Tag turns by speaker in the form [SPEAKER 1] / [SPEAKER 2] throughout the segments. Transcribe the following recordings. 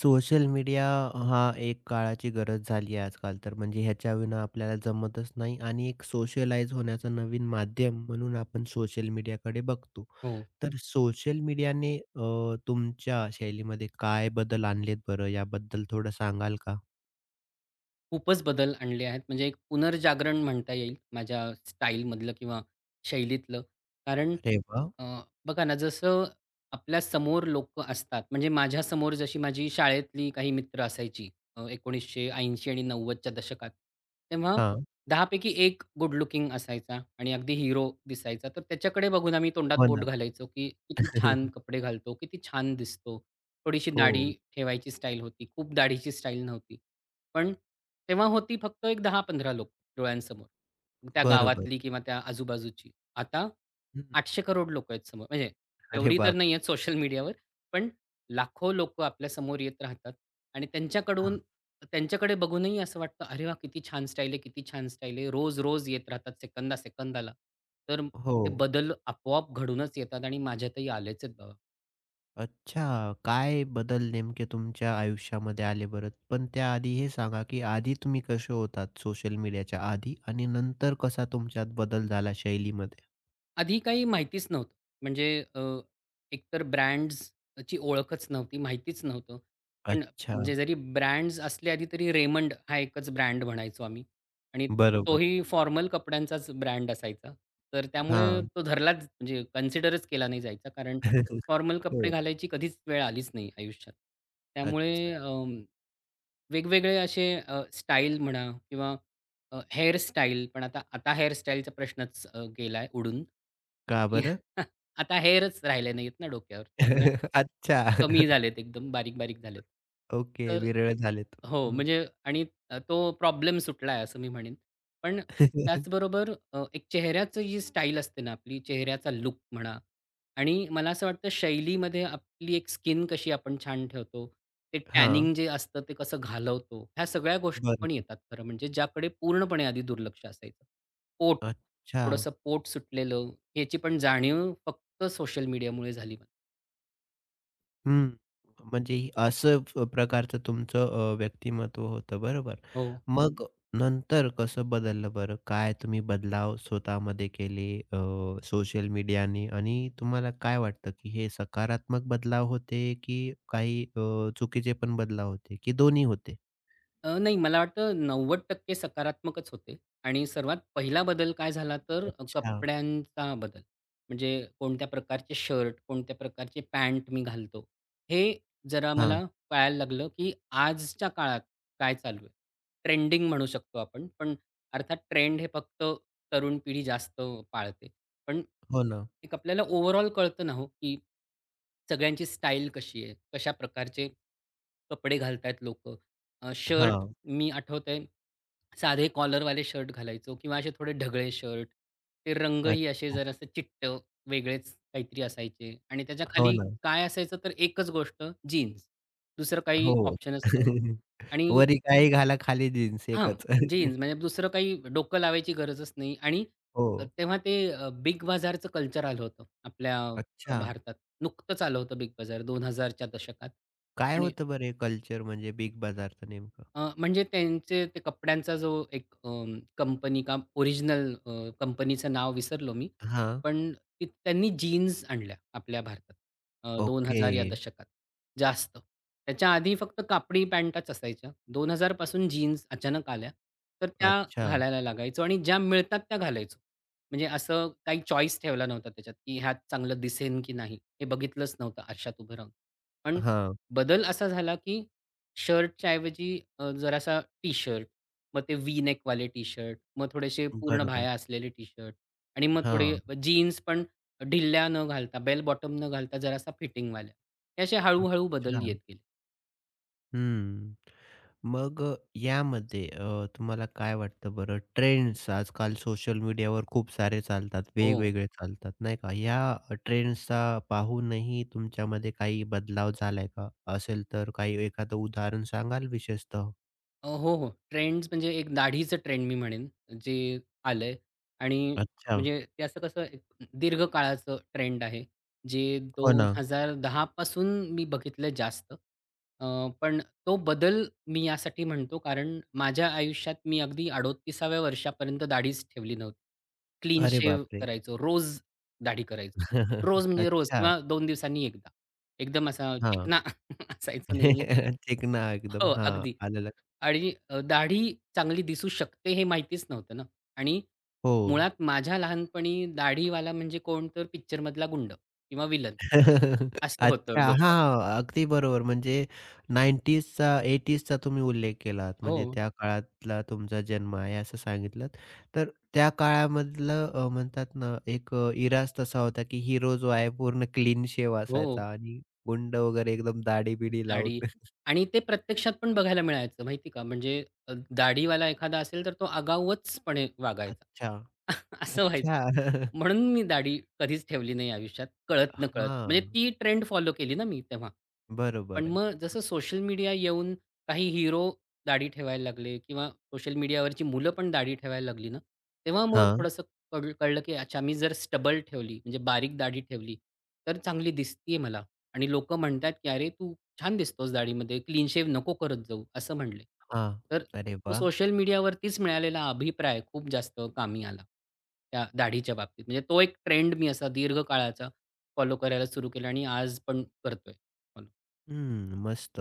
[SPEAKER 1] Social media हा एक काळाची गरज झाली आहे आजकाल तर म्हणजे ह्याच्याविना आपल्याला जमतच नाही आणि एक सोशलाइज होण्याचं नवीन माध्यम म्हणून आपण सोशल मीडियाकडे बघतो.
[SPEAKER 2] हो.
[SPEAKER 1] तर सोशल मीडियाने तुमच्या शैलीमध्ये काय बदल आणलेत बरं याबद्दल थोडं सांगाल का?
[SPEAKER 2] खूपच बदल आणले आहेत. म्हणजे एक पुनर्जागरण म्हणता येईल माझ्या स्टाईलमधलं किंवा शैलीतलं. कारण
[SPEAKER 1] अरे वाह!
[SPEAKER 2] अ, बघा ना, जसं आपल्या समोर लोकं असतात, म्हणजे माझ्या समोर जशी माझी शाळेतली काही मित्र असायची 1980 आणि 90च्या दशकात. तेव्हा
[SPEAKER 1] हां.
[SPEAKER 2] 10 पैकी गुड लुकिंग असायचा आणि अगदी हिरो दिसायचा. तर त्याच्याकडे बघून आम्ही तोंडात
[SPEAKER 1] हो
[SPEAKER 2] बोट
[SPEAKER 1] ना.
[SPEAKER 2] घालायचो, की किती छान कपडे घालतो, किती छान दिसतो. थोडीशी
[SPEAKER 1] हो.
[SPEAKER 2] दाढी ठेवायची स्टाईल होती. खूप दाढीची स्टाईल नव्हती. पण तेव्हा होती फक्त एक 10-15 लोकं डोळ्यांसमोर. त्या
[SPEAKER 1] बरोबर.
[SPEAKER 2] गावातली किंवा त्या आजूबाजूची. आता
[SPEAKER 1] हं.
[SPEAKER 2] 800 करोड लोक आहेत समोर. म्हणजे
[SPEAKER 1] अरे
[SPEAKER 2] तेवढी तर
[SPEAKER 1] बाप!
[SPEAKER 2] नाही आहेत सोशल मीडियावर, पण लाखो लोकं समोर येत राहतात आणि त्यांच्याकडून
[SPEAKER 1] हां.
[SPEAKER 2] त्यांच्याकडे बघूनही असं वाटतं, "अरे वाह! किती छान स्टाईल आहे, किती छान स्टाईल आहे." रोज-रोज येत राहतात सेकंदा-सेकंदाला. तर
[SPEAKER 1] हो.
[SPEAKER 2] ते बदल आपोआप घडूनच येतात आणि माझ्यातही आलेच आहेत बाबा.
[SPEAKER 1] अच्छा. काय बदल नेमके तुमच्या आयुष्यामध्ये आले बरं? पण त्याआधी हे सांगा, की आधी तुम्ही कसे होतात सोशल मीडियाच्या आधी आणि नंतर कसा तुमच्यात बदल झाला शैलीमध्ये?
[SPEAKER 2] आधी काही माहितीच नव्हतं. म्हणजे अ, एकतर ब्रँड्सची ओळखच नव्हती, माहितीच नव्हतं. पण
[SPEAKER 1] अच्छा.
[SPEAKER 2] म्हणजे जरी ब्रँड्स असले आधी तरी Raymond हा एकच ब्रँड म्हणायचो आम्ही आणि
[SPEAKER 1] बरोबर.
[SPEAKER 2] तोही फॉर्मल कपड्यांचाच ब्रँड असायचा. तर त्यामुळे
[SPEAKER 1] हां.
[SPEAKER 2] तो धरलाच म्हणजे कन्सिडरच केला नाही जायचा कारण फॉर्मल कपडे
[SPEAKER 1] हो.
[SPEAKER 2] घालायची कधीच वेळ आलीच नाही आयुष्यात. त्यामुळे
[SPEAKER 1] अच्छा.
[SPEAKER 2] वेगवेगळे असे स्टाईल म्हणा किंवा हेअरस्टाईल पण आता आता हेअरस्टाईलचा प्रश्नच गेलाय उडून.
[SPEAKER 1] का
[SPEAKER 2] अगदी
[SPEAKER 1] बरं?
[SPEAKER 2] आता हेअरच राहिले नाहीत ना डोक्यावर त्यामुळे
[SPEAKER 1] अच्छा.
[SPEAKER 2] कमी झालेत एकदम बारीक-बारीक झालेत.
[SPEAKER 1] ओके.
[SPEAKER 2] तर
[SPEAKER 1] विरळ झालेत.
[SPEAKER 2] हो,
[SPEAKER 1] हं.
[SPEAKER 2] म्हणजे आणि तो प्रॉब्लेम सुटला आहे असं मी म्हणेन. पण त्याचबरोबर एक चेहऱ्याची जी स्टाईल असते ना आपली, चेहऱ्याचा लुक म्हणा आणि मला असं वाटतं शैलीमध्ये आपली एक स्किन कशी आपण छान ठेवतो, ते
[SPEAKER 1] हां.
[SPEAKER 2] टॅनिंग जे असतं ते कसं घालवतो, ह्या सगळ्या गोष्टी पण
[SPEAKER 1] बरोबर.
[SPEAKER 2] येतात खरं म्हणजे, ज्याकडे पूर्णपणे आधी दुर्लक्ष असायचं. पोट,
[SPEAKER 1] अच्छा.
[SPEAKER 2] थोडंसं पोट सुटलेलं, याची पण जाणीव फक्त सोशल मीडियामुळे झाली मला.
[SPEAKER 1] हं. म्हणजे ही असं प्रकारचं तुमचं व्यक्तिमत्व होतं बरोबर.
[SPEAKER 2] हो.
[SPEAKER 1] मग नंतर कसं बदललं बरं? काय तुम्ही बदलाव स्वतःमध्ये केले सोशल मीडियाने आणि तुम्हाला काय वाटतं की हे सकारात्मक बदलाव होते की काही चुकीचे पण बदलाव होते की दोन्ही होते?
[SPEAKER 2] नाही मला वाटतं 90% सकारात्मकच होते आणि सर्वात पहिला बदल काय झाला तर
[SPEAKER 1] अच्छा.
[SPEAKER 2] कपड्यांचा बदल. म्हणजे कोणत्या प्रकारचे शर्ट, कोणत्या प्रकारचे पॅन्ट मी घालतो. हे जरा
[SPEAKER 1] हां.
[SPEAKER 2] मला कळायला लागलं, की आजच्या काळात काय चालू आहे. ट्रेंडिंग म्हणू शकतो आपण. पण अर्थात ट्रेंड हे फक्त तरुण पिढी जास्त पाळते. पण
[SPEAKER 1] हो ना.
[SPEAKER 2] एक आपल्याला ओव्हरऑल कळतं ना हो, की सगळ्यांची स्टाईल कशी आहे? कशा प्रकारचे कपडे घालतायत लोकं?
[SPEAKER 1] हां.
[SPEAKER 2] मी आठवतंय, साधे कॉलरवाले शर्ट घालायचो किंवा असे थोडे ढगळे शर्ट. ते रंगही असे
[SPEAKER 1] अच्छा.
[SPEAKER 2] जरासे चिट्ट वेगळेच काहीतरी असायचे आणि त्याच्या
[SPEAKER 1] हो
[SPEAKER 2] खाली
[SPEAKER 1] ना.
[SPEAKER 2] काय असायचं तर एकच गोष्ट जीन्स. दुसरं काही
[SPEAKER 1] हो.
[SPEAKER 2] ऑप्शनच नव्हतं आणि
[SPEAKER 1] वरी काही घाला खाली जीन्स
[SPEAKER 2] हां,
[SPEAKER 1] एकच.
[SPEAKER 2] जीन्स म्हणजे दुसरं काही डोकं लावायची गरजच नाही आणि
[SPEAKER 1] हो.
[SPEAKER 2] तेव्हा ते बिग बाजारचं कल्चर आलं होतं आपल्या
[SPEAKER 1] अच्छा.
[SPEAKER 2] भारतात. नुकतंच आलं होतं बिग बाजार 2000च्या दशकात
[SPEAKER 1] काय
[SPEAKER 2] आणि
[SPEAKER 1] होतं बरं हे कल्चर म्हणजे बिग बाजारचं नेमकं?
[SPEAKER 2] म्हणजे त्यांचे ते कपड्यांचा जो एक कंपनी का ओरिजिनल कंपनीचं नाव विसरलो मी.
[SPEAKER 1] हां.
[SPEAKER 2] पण ती त्यांनी जीन्स आणल्या आपल्या भारतात
[SPEAKER 1] ओके.
[SPEAKER 2] 2000 या दशकात जास्त. त्याच्या आधी फक्त कापडी पॅन्टच असायच्या. 2000 पासून जीन्स अचानक आल्या. तर त्या
[SPEAKER 1] अच्छा.
[SPEAKER 2] घालायला लागायचो आणि ज्या मिळतात त्या घालायचो. म्हणजे असं काही चॉईस ठेवला नव्हता त्याच्यात, की ह्यात चांगलं दिसेन की नाही हे बघितलंच नव्हतं आरशात उभं राहून. पण
[SPEAKER 1] हां.
[SPEAKER 2] बदल असा झाला की शर्टच्या ऐवजी जरासा टी-शर्ट. मग ते व्ही नेकवाले टी-शर्ट, मग थोडेसे पूर्ण
[SPEAKER 1] बरोबर.
[SPEAKER 2] बाह्या असलेले टी-शर्ट आणि मग थोडे
[SPEAKER 1] हां.
[SPEAKER 2] जीन्स पण ढिल्या न घालता, बेल बॉटम न घालता जरासा फिटिंगवाल्या. हे असे हळू बदल
[SPEAKER 1] अच्छा.
[SPEAKER 2] येत गेले.
[SPEAKER 1] हं. मग यामध्ये तुम्हाला काय वाटतं बरं ट्रेंड्स आजकाल सोशल मीडियावर खूप सारे चालतात,
[SPEAKER 2] हो.
[SPEAKER 1] वेगवेगळे चालतात नाही का? या ट्रेंड्सचा पाहूनही तुमच्यामध्ये काही बदलाव झालाय का? असेल तर काही एखादं उदाहरण सांगाल विशेषतः?
[SPEAKER 2] हो, हो. ट्रेंड्स म्हणजे एक दाढीचं ट्रेंड मी म्हणेन, जे आलंय आणि
[SPEAKER 1] अच्छा.
[SPEAKER 2] म्हणजे ते असं कसं एक दीर्घ काळाचं ट्रेंड आहे, जे
[SPEAKER 1] हो ना.
[SPEAKER 2] 2010 पासून मी बघितलंय जास्त. अ, पण तो बदल मी यासाठी म्हणतो, कारण माझ्या आयुष्यात मी अगदी 38व्या वर्षापर्यंत दाढीच ठेवली नव्हती. क्लीन
[SPEAKER 1] अरे
[SPEAKER 2] शेव्ह
[SPEAKER 1] बापरे!
[SPEAKER 2] करायचो, रोज दाढी करायचो. रोज म्हणजे रोज
[SPEAKER 1] अच्छा.
[SPEAKER 2] किंवा 2 दिवसांनी एकदा. एकदम असा
[SPEAKER 1] हां.
[SPEAKER 2] चिकना असायचो नेहमी.
[SPEAKER 1] चिकना एकदम.
[SPEAKER 2] हो,
[SPEAKER 1] हां,
[SPEAKER 2] अगदी.
[SPEAKER 1] आलं लक्षात.
[SPEAKER 2] आणि दाढी चांगली दिसू शकते हे माहितीच नव्हतं ना आणि
[SPEAKER 1] हो.
[SPEAKER 2] मुळात माझ्या लहानपणी दाढीवाला म्हणजे कोण तर पिक्चरमधला गुंड किंवा विलन असं
[SPEAKER 1] अच्छा.
[SPEAKER 2] होतं डोक्यात.
[SPEAKER 1] हां, अगदी बरोबर. म्हणजे 90sचा 80sचा तुम्ही उल्लेख केलात. म्हणजे
[SPEAKER 2] हो,
[SPEAKER 1] त्या काळातला तुमचा जन्म आहे असं सांगितलंत. तर त्या काळामधलं म्हणतात ना एक इराज तसा होता, की हिरो जो आहे पूर्ण क्लीन शेव
[SPEAKER 2] हो.
[SPEAKER 1] असायचा आणि गुंड वगैरे एकदम दाढी-बिढी लावून.
[SPEAKER 2] दाढी आणि ते प्रत्यक्षात पण बघायला मिळायचं माहिती का? म्हणजे दाढीवाला एखादा असेल तर तो आगाऊचपणे वागायचा.
[SPEAKER 1] अच्छा.
[SPEAKER 2] असं व्हायचं.
[SPEAKER 1] अच्छा.
[SPEAKER 2] म्हणून मी दाढी कधीच ठेवली नाही आयुष्यात कळत-नकळत. म्हणजे
[SPEAKER 1] हां,
[SPEAKER 2] ती ट्रेंड फॉलो केली ना मी तेव्हा. पण
[SPEAKER 1] बरोबर आहे.
[SPEAKER 2] मग जसं सोशल मीडिया येऊन काही हिरो दाढी ठेवायला लागले किंवा सोशल मीडियावरची मुलं पण दाढी ठेवायला लागली ना, तेव्हा मग
[SPEAKER 1] हां,
[SPEAKER 2] थोडंसं कळलं की अच्छा मी जर स्टबल ठेवली म्हणजे बारीक दाढी ठेवली, तर चांगली दिसतीये मला. आणि लोकं म्हणतात, की "अरे, तू छान दिसतोस दाढीमध्ये, क्लीन शेव नको करत जाऊ," असं म्हणले.
[SPEAKER 1] हां.
[SPEAKER 2] तर
[SPEAKER 1] अरे
[SPEAKER 2] तो
[SPEAKER 1] वाह!
[SPEAKER 2] सोशल मीडियावरतीच मिळालेला अभिप्राय खूप जास्त कामी आला, त्या दाढीच्या बाबतीत. म्हणजे तो एक ट्रेंड मी असा दीर्घ काळाचा फॉलो करायला सुरू केला आणि आज पण करतोय फॉलो.
[SPEAKER 1] हम्म, मस्त.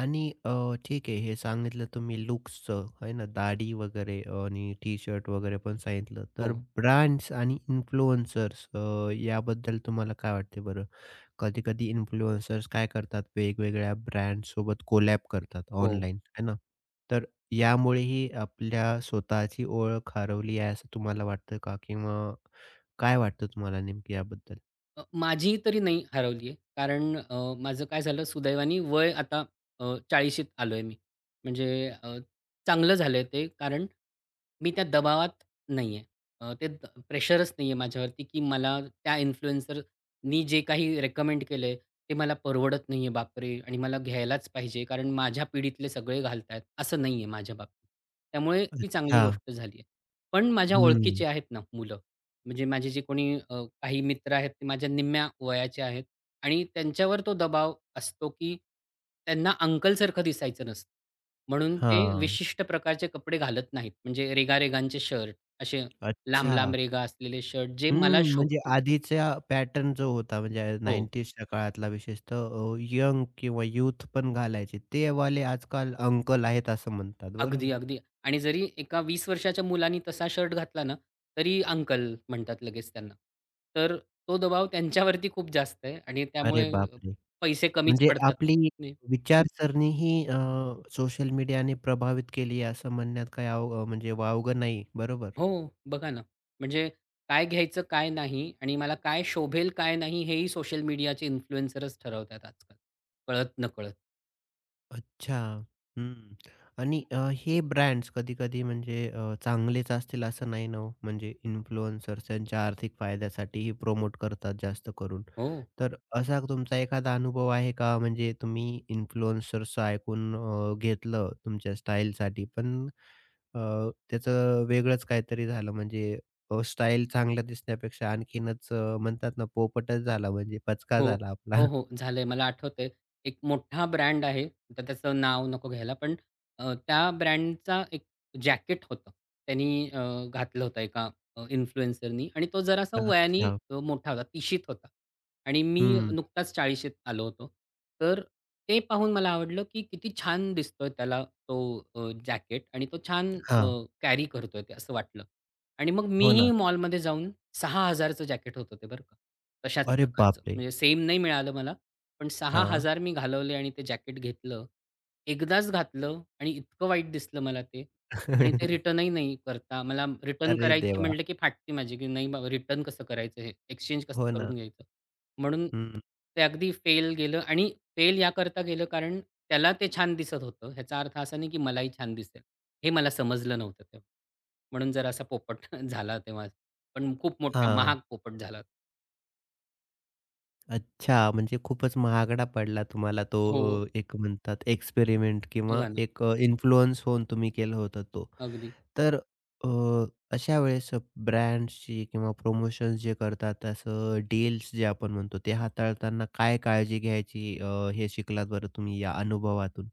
[SPEAKER 1] आणि ठीक आहे हे सांगितलं तुम्ही लुक्सचं आहे ना, दाढी वगैरे आणि टी-शर्ट वगैरे पण सांगितलं.
[SPEAKER 2] हो,
[SPEAKER 1] तर ब्रँड्स आणि इन्फ्लुएन्सर्स याबद्दल तुम्हाला काय वाटते बरं? कधी-कधी इन्फ्लुएन्सर्स काय करतात वेगवेगळ्या ब्रँडसोबत कोलॅब करतात
[SPEAKER 2] हो.
[SPEAKER 1] ऑनलाईन आहे ना. तर यामुळेही आपल्या स्वतःची ओळख हरवली आहे असं तुम्हाला वाटतं का? किंवा काय वाटतं तुम्हाला नेमकं याबद्दल?
[SPEAKER 2] माझी तरी नाही हरवली आहे. कारण माझं काय झालं सुदैवाने वय आता 40शीत आलोय मी. म्हणजे चांगलं झालंय ते कारण मी त्या दबावात नाही आहे. ते द प्रेशरच नाही आहे माझ्यावरती, की मला त्या इन्फ्लुएन्सरनी जे काही रिकमेंड केलंय ते मला परवडत नाही आहे बापरे! आणि मला घ्यायलाच पाहिजे कारण माझ्या पिढीतले सगळे घालतायत असं नाही आहे माझ्या बाबतीत. त्यामुळे ती चांगली
[SPEAKER 1] अच्छा.
[SPEAKER 2] गोष्ट झाली आहे. पण माझ्या
[SPEAKER 1] हं.
[SPEAKER 2] ओळखीचे आहेत ना मुलं म्हणजे माझे जे कोणी काही मित्र आहेत ते माझ्या निम्म्या वयाचे आहेत आणि त्यांच्यावर तो दबाव असतो, की त्यांना अंकलसारखं दिसायचं नसतं. म्हणून ते
[SPEAKER 1] हां.
[SPEAKER 2] विशिष्ट प्रकारचे कपडे घालत नाहीत. म्हणजे रेगा-रेगांचे शर्ट, असे
[SPEAKER 1] अच्छा.
[SPEAKER 2] लांब-लांब रेगा असलेले शर्ट जे मला
[SPEAKER 1] हम्म, म्हणजे
[SPEAKER 2] शोभतील.
[SPEAKER 1] आधीचा पॅटर्न जो होता म्हणजे
[SPEAKER 2] हो.
[SPEAKER 1] 90sच्या काळातला विशेषतः यंग किंवा यूथ पण घालायचे. ते वाले आजकाल अंकल आहेत असं म्हणतात.
[SPEAKER 2] अगदी,
[SPEAKER 1] बरोबर.
[SPEAKER 2] अगदी. आणि जरी एका 20 वर्षाच्या मुलानी तसा शर्ट घातला ना, तरी अंकल म्हणतात लगेच त्यांना. तर तो दबाव त्यांच्यावरती खूप जास्त आहे आणि
[SPEAKER 1] अरे
[SPEAKER 2] त्यामुळे
[SPEAKER 1] बापरे!
[SPEAKER 2] पैसे कमीच
[SPEAKER 1] म्हणजे
[SPEAKER 2] पडतात.
[SPEAKER 1] आपली विचारसरणी ही सोशल मीडियाने प्रभावित केली आहे असं म्हणण्यात काही म्हणजे वावगं नाही. बरोबर.
[SPEAKER 2] हो, बघा ना. म्हणजे काय घ्यायचं, काय नाही आणि मला काय शोभेल, काय नाही, हेही सोशल मीडियाचे इन्फ्लुएन्सरच ठरवतात आजकाल, कळत नकळत.
[SPEAKER 1] अच्छा. हं. आणि हे ब्रँड्स कधी-कधी म्हणजे चांगलेच असतील असं नाही ना हो. म्हणजे इन्फ्लुएन्सर्स त्यांच्या आर्थिक फायद्यासाठीही प्रमोट करतात जास्त करून.
[SPEAKER 2] हो.
[SPEAKER 1] तर असा तुमचा एखादा अनुभव आहे का? म्हणजे तुम्ही इन्फ्लुएन्सर्सचं ऐकून घेतलं तुमच्या स्टाईलसाठी पण अ, त्याचं वेगळंच काहीतरी झालं म्हणजे स्टाईल चांगला दिसण्यापेक्षा आणखीनच म्हणतात ना पोपटच झाला म्हणजे पचका
[SPEAKER 2] हो.
[SPEAKER 1] झाला आपला.
[SPEAKER 2] हो, हो. झालंय. मला आठवतंय. एक मोठा ब्रँड आहे. आता त्याचं नाव नको घ्यायला. पण त्या ब्रँडचा एक जॅकेट होतं. त्यांनी घातलं होतं एका इन्फ्लुएन्सरनी आणि तो जरासा वयाने
[SPEAKER 1] अच्छा.
[SPEAKER 2] मोठा होता. 30शीत होता आणि मी
[SPEAKER 1] हं.
[SPEAKER 2] नुकताच 40शीत आलो होतो. तर ते पाहून मला आवडलं, की किती छान दिसतोय त्याला तो जॅकेट आणि तो छान अ,
[SPEAKER 1] हां.
[SPEAKER 2] कॅरी करतोय ते असं वाटलं. आणि मग
[SPEAKER 1] हो
[SPEAKER 2] मीही
[SPEAKER 1] ना.
[SPEAKER 2] मॉलमध्ये जाऊन ₹6000चं जॅकेट होतं ते बरं का. तशाच
[SPEAKER 1] अरे
[SPEAKER 2] प्रकारचं.
[SPEAKER 1] बापरे!
[SPEAKER 2] म्हणजे सेम नाही मिळालं मला, पण
[SPEAKER 1] हां.
[SPEAKER 2] 6,000 मी घालवले आणि ते जॅकेट घेतलं. एकदाच घातलं आणि इतकं वाईट दिसलं मला ते आणि ते रिटर्नही नाही करता मला रिटर्न
[SPEAKER 1] अरे
[SPEAKER 2] करायची
[SPEAKER 1] देवा!
[SPEAKER 2] म्हटलं की फाटते माझी, की नाही बाबा रिटर्न कसं करायचं हे? एक्सचेंज कसं
[SPEAKER 1] हो ना.
[SPEAKER 2] करून घ्यायचं? म्हणून
[SPEAKER 1] हं.
[SPEAKER 2] ते अगदी फेल गेलं आणि फेल याकरता गेलं कारण त्याला ते छान दिसत होतं. ह्याचा अर्थ असा नाही की मलाही छान दिसेल. हे मला समजलं नव्हतं तेव्हा. म्हणून जरा असा पोपट झाला तेव्हा. पण खूप मोठा
[SPEAKER 1] हां.
[SPEAKER 2] महाग पोपट झाला.
[SPEAKER 1] अच्छा, म्हणजे खूपच महागडा पडला तुम्हाला तो
[SPEAKER 2] हो,
[SPEAKER 1] एक म्हणतात एक्सपेरिमेंट किंवा
[SPEAKER 2] बघा ना.
[SPEAKER 1] एक इन्फ्लुअन्स होऊन तुम्ही केलं होतं तो.
[SPEAKER 2] अगदी.
[SPEAKER 1] तर अ, अशा वेळेस ब्रँड्सची किंवा प्रमोशन्स जे करतात असं डील्स जे आपण म्हणतो ते हाताळताना काय काळजी घ्यायची हे शिकलात बरं तुम्ही या अनुभवातून?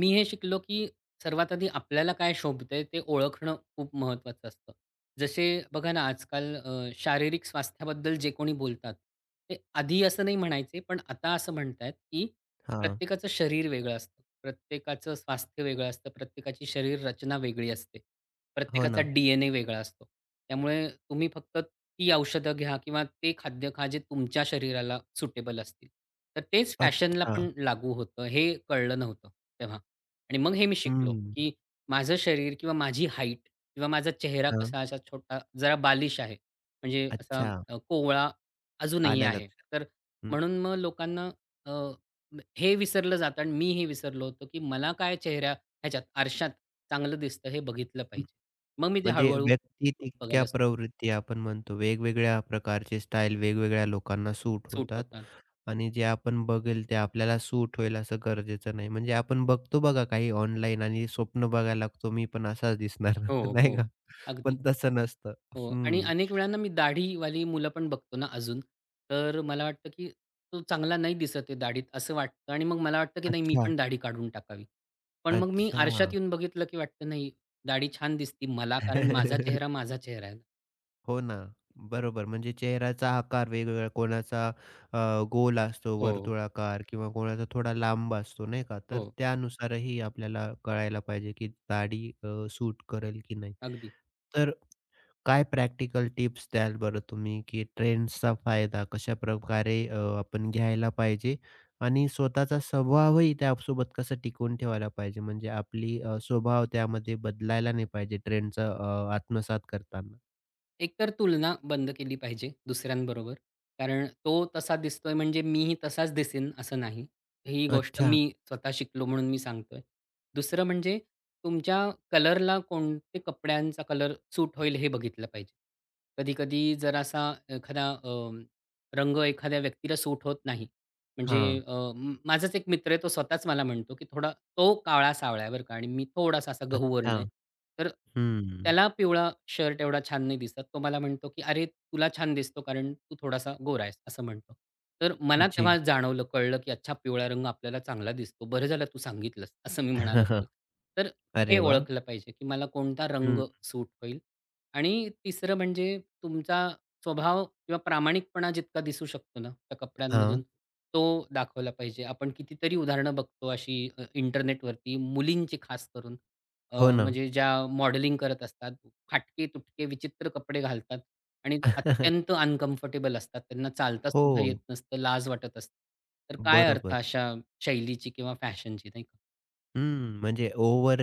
[SPEAKER 2] मी हे शिकलो, की सर्वात आधी आपल्याला काय शोभतंय ते ओळखणं खूप महत्त्वाचं असतं. जसे बघा ना, आजकाल शारीरिक स्वास्थ्याबद्दल जे कोणी बोलतात, ते आधी असं नाही म्हणायचे, पण आता असं म्हणतायत, की
[SPEAKER 1] हां.
[SPEAKER 2] प्रत्येकाचं शरीर वेगळं असतं. प्रत्येकाचं स्वास्थ्य वेगळं असतं. प्रत्येकाची शरीर रचना वेगळी असते.
[SPEAKER 1] हो
[SPEAKER 2] प्रत्येकाचा
[SPEAKER 1] ना.
[SPEAKER 2] डी-एन-ए वेगळा असतो. त्यामुळे तुम्ही फक्त ती औषधं घ्या किंवा ते खाद्य खा, जे तुमच्या शरीराला सुटेबल असतील. तर तेच फॅशनला
[SPEAKER 1] अच्छा.
[SPEAKER 2] पण लागू होतं, हे कळलं नव्हतं तेव्हा. आणि मग हे मी शिकलो,
[SPEAKER 1] हं.
[SPEAKER 2] की माझं शरीर किंवा माझी हाईट किंवा माझा चेहरा
[SPEAKER 1] हां.
[SPEAKER 2] कसा असा छोटा जरा बालिश आहे. म्हणजे असा
[SPEAKER 1] अच्छा.
[SPEAKER 2] कोवळा अजूनही
[SPEAKER 1] आलं
[SPEAKER 2] आहे.
[SPEAKER 1] लक्षात.
[SPEAKER 2] तर
[SPEAKER 1] हं.
[SPEAKER 2] म्हणून मग लोकांना अ, हे विसरलं जातं आणि मी हे विसरलो होतो, की मला काय चेहऱ्या ह्याच्यात आरशात चांगलं दिसतं हे बघितलं पाहिजे. मग मी ते
[SPEAKER 1] म्हणजे
[SPEAKER 2] हळू
[SPEAKER 1] व्यक्ती तितक्या
[SPEAKER 2] बघायला सुट
[SPEAKER 1] प्रवृत्ती आपण म्हणतो वेगवेगळ्या प्रकारचे स्टाईल वेगवेगळ्या लोकांना सूट
[SPEAKER 2] सूट
[SPEAKER 1] होतात
[SPEAKER 2] होतात.
[SPEAKER 1] आणि जे आपण बघेल ते आपल्याला सूट होईल असं गरजेचं नाही. म्हणजे आपण बघतो बघा काही ऑनलाईन आणि स्वप्न बघायला लागतो मी पण असाच दिसणार
[SPEAKER 2] हो,
[SPEAKER 1] नाही का?
[SPEAKER 2] हो.
[SPEAKER 1] पण
[SPEAKER 2] अगदी.
[SPEAKER 1] तसं नसतं.
[SPEAKER 2] हो आणि
[SPEAKER 1] हं.
[SPEAKER 2] अनेक वेळाना मी दाढीवाली मुलं पण बघतो ना अजून, तर मला वाटतं की तो चांगला नाही दिसत आहे दाढीत असं वाटतं आणि मग मला वाटतं की नाही मी
[SPEAKER 1] अच्छा.
[SPEAKER 2] पण दाढी काढून टाकावी. पण मग मी आरशात
[SPEAKER 1] अच्छा.
[SPEAKER 2] येऊन बघितलं की वाटतं नाही दाढी छान दिसती मला कारण माझा चेहरा माझा चेहरा आहे.
[SPEAKER 1] हो ना, बरोबर. म्हणजे चेहऱ्याचा आकार वेगवेगळा, कोणाचा गोल असतो,
[SPEAKER 2] हो,
[SPEAKER 1] वर्तुळाकार किंवा कोणाचा थोडा लांब असतो, नाही का? तर
[SPEAKER 2] हो.
[SPEAKER 1] त्यानुसारही आपल्याला कळायला पाहिजे, की दाढी सूट करेल की नाही.
[SPEAKER 2] अगदी.
[SPEAKER 1] तर काय प्रॅक्टिकल टिप्स द्याल बरं तुम्ही, की ट्रेंड्सचा फायदा कशाप्रकारे आपण घ्यायला पाहिजे आणि स्वतःचा स्वभावही त्यासोबत कसं टिकवून ठेवायला पाहिजे? म्हणजे आपली स्वभाव त्यामध्ये बदलायला नाही पाहिजे ट्रेंडचा आत्मसात करताना.
[SPEAKER 2] एकतर तुलना बंद केली पाहिजे दुसऱ्यांबरोबर. कारण तो तसा दिसतोय म्हणजे मीही तसाच दिसेन असं नाही. ही गोष्ट
[SPEAKER 1] अच्छा.
[SPEAKER 2] मी स्वतः शिकलो म्हणून मी सांगतोय. दुसरं म्हणजे तुमच्या कलरला कोणते कपड्यांचा कलर सूट होईल हे बघितलं पाहिजे. कधी-कधी जरासा एखादा रंग एखाद्या व्यक्तीला सूट होत नाही. म्हणजे
[SPEAKER 1] हां.
[SPEAKER 2] अ, म माझाच एक मित्र आहे तो स्वतःच मला म्हणतो, की थोडा तो काळा-सावळा आहे बरं का आणि मी थोडासा असा गहूवर्ण
[SPEAKER 1] अच्छा.
[SPEAKER 2] आहे. तर
[SPEAKER 1] हं.
[SPEAKER 2] त्याला पिवळा शर्ट एवढा छान नाही दिसत. तो मला म्हणतो, की "अरे, तुला छान दिसतो कारण तू थोडासा गोरा आहेस," असं म्हणतो. तर मला तेव्हा
[SPEAKER 1] जी.
[SPEAKER 2] जाणवलं, कळलं, की अच्छा पिवळा रंग आपल्याला चांगला दिसतो. बरं झालं तू सांगितलंस असं मी म्हणालो त्याला. तर
[SPEAKER 1] अरे
[SPEAKER 2] हे
[SPEAKER 1] वाह!
[SPEAKER 2] ओळखलं पाहिजे, की मला कोणता रंग
[SPEAKER 1] हं.
[SPEAKER 2] सूट होईल आणि तिसरं म्हणजे तुमचा स्वभाव किंवा प्रामाणिकपणा जितका दिसू शकतो ना, त्या
[SPEAKER 1] हां.
[SPEAKER 2] कपड्यांमधून तो दाखवला पाहिजे. आपण कितीतरी उदाहरणं बघतो अशी इंटरनेटवरती मुलींची खास करून.
[SPEAKER 1] हो ना.
[SPEAKER 2] म्हणजे ज्या मॉडेलिंग करत असतात, फाटके-तुटके विचित्र कपडे घालतात आणि अत्यंत अनकम्फर्टेबल असतात. त्यांना चालता
[SPEAKER 1] हो.
[SPEAKER 2] सुद्धा येत नसतं, लाज वाटत असते. तर काय अर्थ
[SPEAKER 1] बरोबर.
[SPEAKER 2] अशा शैलीची किंवा फॅशनची नाही का?
[SPEAKER 1] हं. म्हणजे ओव्हर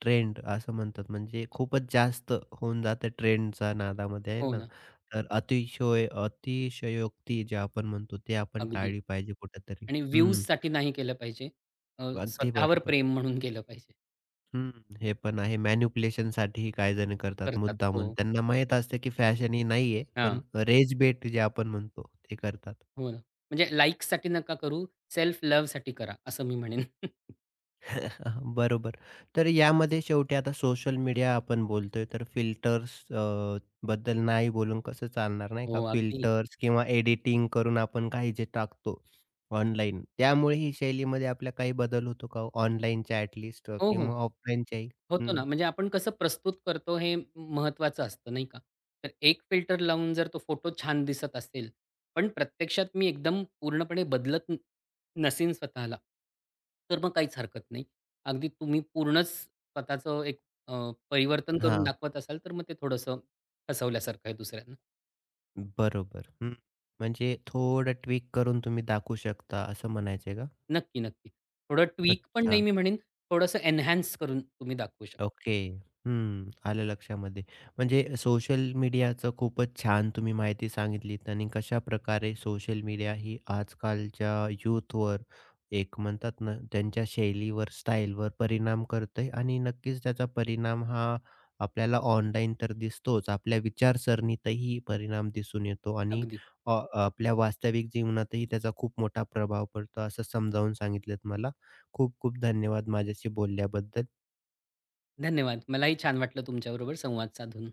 [SPEAKER 1] ट्रेंड असं म्हणतात. म्हणजे खूपच जास्त होऊन जातं ट्रेंडच्या नादामध्ये आहे
[SPEAKER 2] हो
[SPEAKER 1] ना.
[SPEAKER 2] ना,
[SPEAKER 1] तर अतिशय अतिशयोक्ती जे आपण म्हणतो ते आपण
[SPEAKER 2] अगदी.
[SPEAKER 1] टाळली पाहिजे कुठेतरी.
[SPEAKER 2] आणि
[SPEAKER 1] हं.
[SPEAKER 2] व्ह्यूजसाठी नाही केलं पाहिजे.
[SPEAKER 1] अगदी
[SPEAKER 2] स्वतःवर
[SPEAKER 1] बरोबर.
[SPEAKER 2] प्रेम म्हणून केलं पाहिजे.
[SPEAKER 1] हं, हे पण आहे. मॅनिप्युलेशनसाठीही काही जण करतात
[SPEAKER 2] करतात.
[SPEAKER 1] मुद्दामून.
[SPEAKER 2] हो.
[SPEAKER 1] त्यांना माहीत असतं की फॅशन ही नाहीये,
[SPEAKER 2] हां.
[SPEAKER 1] पण रेज बेट जे आपण म्हणतो ते करतात.
[SPEAKER 2] हो ना. म्हणजे लाइक्ससाठी नका करू, सेल्फ लव्हसाठी करा, असं मी म्हणेन.
[SPEAKER 1] बरोबर. तर यामध्ये शेवटी आता सोशल मीडिया आपण बोलतोय तर फिल्टर्स बद्दल नाही बोलून कसं चालणार नाही का?
[SPEAKER 2] हो, अगदी.
[SPEAKER 1] फिल्टर्स किंवा एडिटिंग करून आपण काही जे टाकतो ऑनलाईन, त्यामुळे ही शैलीमध्ये आपल्या काही बदल होतो का हो? ऑनलाईनच्या ॲट
[SPEAKER 2] हो, हो.
[SPEAKER 1] किंवा ऑफलाईनच्याही?
[SPEAKER 2] होतो
[SPEAKER 1] हं.
[SPEAKER 2] ना. म्हणजे आपण कसं प्रस्तुत करतो हे महत्त्वाचं असतं, नाही का? तर एक फिल्टर लावून जर तो फोटो छान दिसत असेल, पण प्रत्यक्षात मी एकदम पूर्णपणे बदलत न नसीन स्वतःला, तर मग काहीच हरकत नाही. अगदी तुम्ही पूर्णच स्वतःचं एक अ, परिवर्तन करून दाखवत असाल, तर मग ते थोडंसं फसवल्यासारखं आहे दुसऱ्यांना.
[SPEAKER 1] बरोबर. हं. म्हणजे थोडं ट्विक करून तुम्ही दाखवू शकता असं म्हणायचंय का?
[SPEAKER 2] नक्की, नक्की. थोडं ट्विक पण नाही
[SPEAKER 1] अच्छा.
[SPEAKER 2] मी म्हणेन, थोडंसं एन्हान्स करून तुम्ही दाखवू शकता.
[SPEAKER 1] ओके. हं. आलं लक्षामध्ये. म्हणजे सोशल मीडियाचं खूपच छान तुम्ही माहिती सांगितलीत आणि कशा प्रकारे सोशल मीडिया ही आजकालच्या यूथवर एक म्हणतात ना, त्यांच्या शैलीवर, स्टाईलवर परिणाम करतंय आणि नक्कीच त्याचा परिणाम हा आपल्याला ऑनलाईन तर दिसतोच, आपल्या विचारसरणीतही परिणाम दिसून येतो आणि
[SPEAKER 2] अगदी.
[SPEAKER 1] अ, आपल्या वास्तविक जीवनातही त्याचा खूप मोठा प्रभाव पडतो, असं समजावून सांगितलत मला. खूप खूप धन्यवाद माझ्याशी बोलल्याबद्दल.
[SPEAKER 2] धन्यवाद. मलाही छान वाटलं तुमच्याबरोबर संवाद साधून.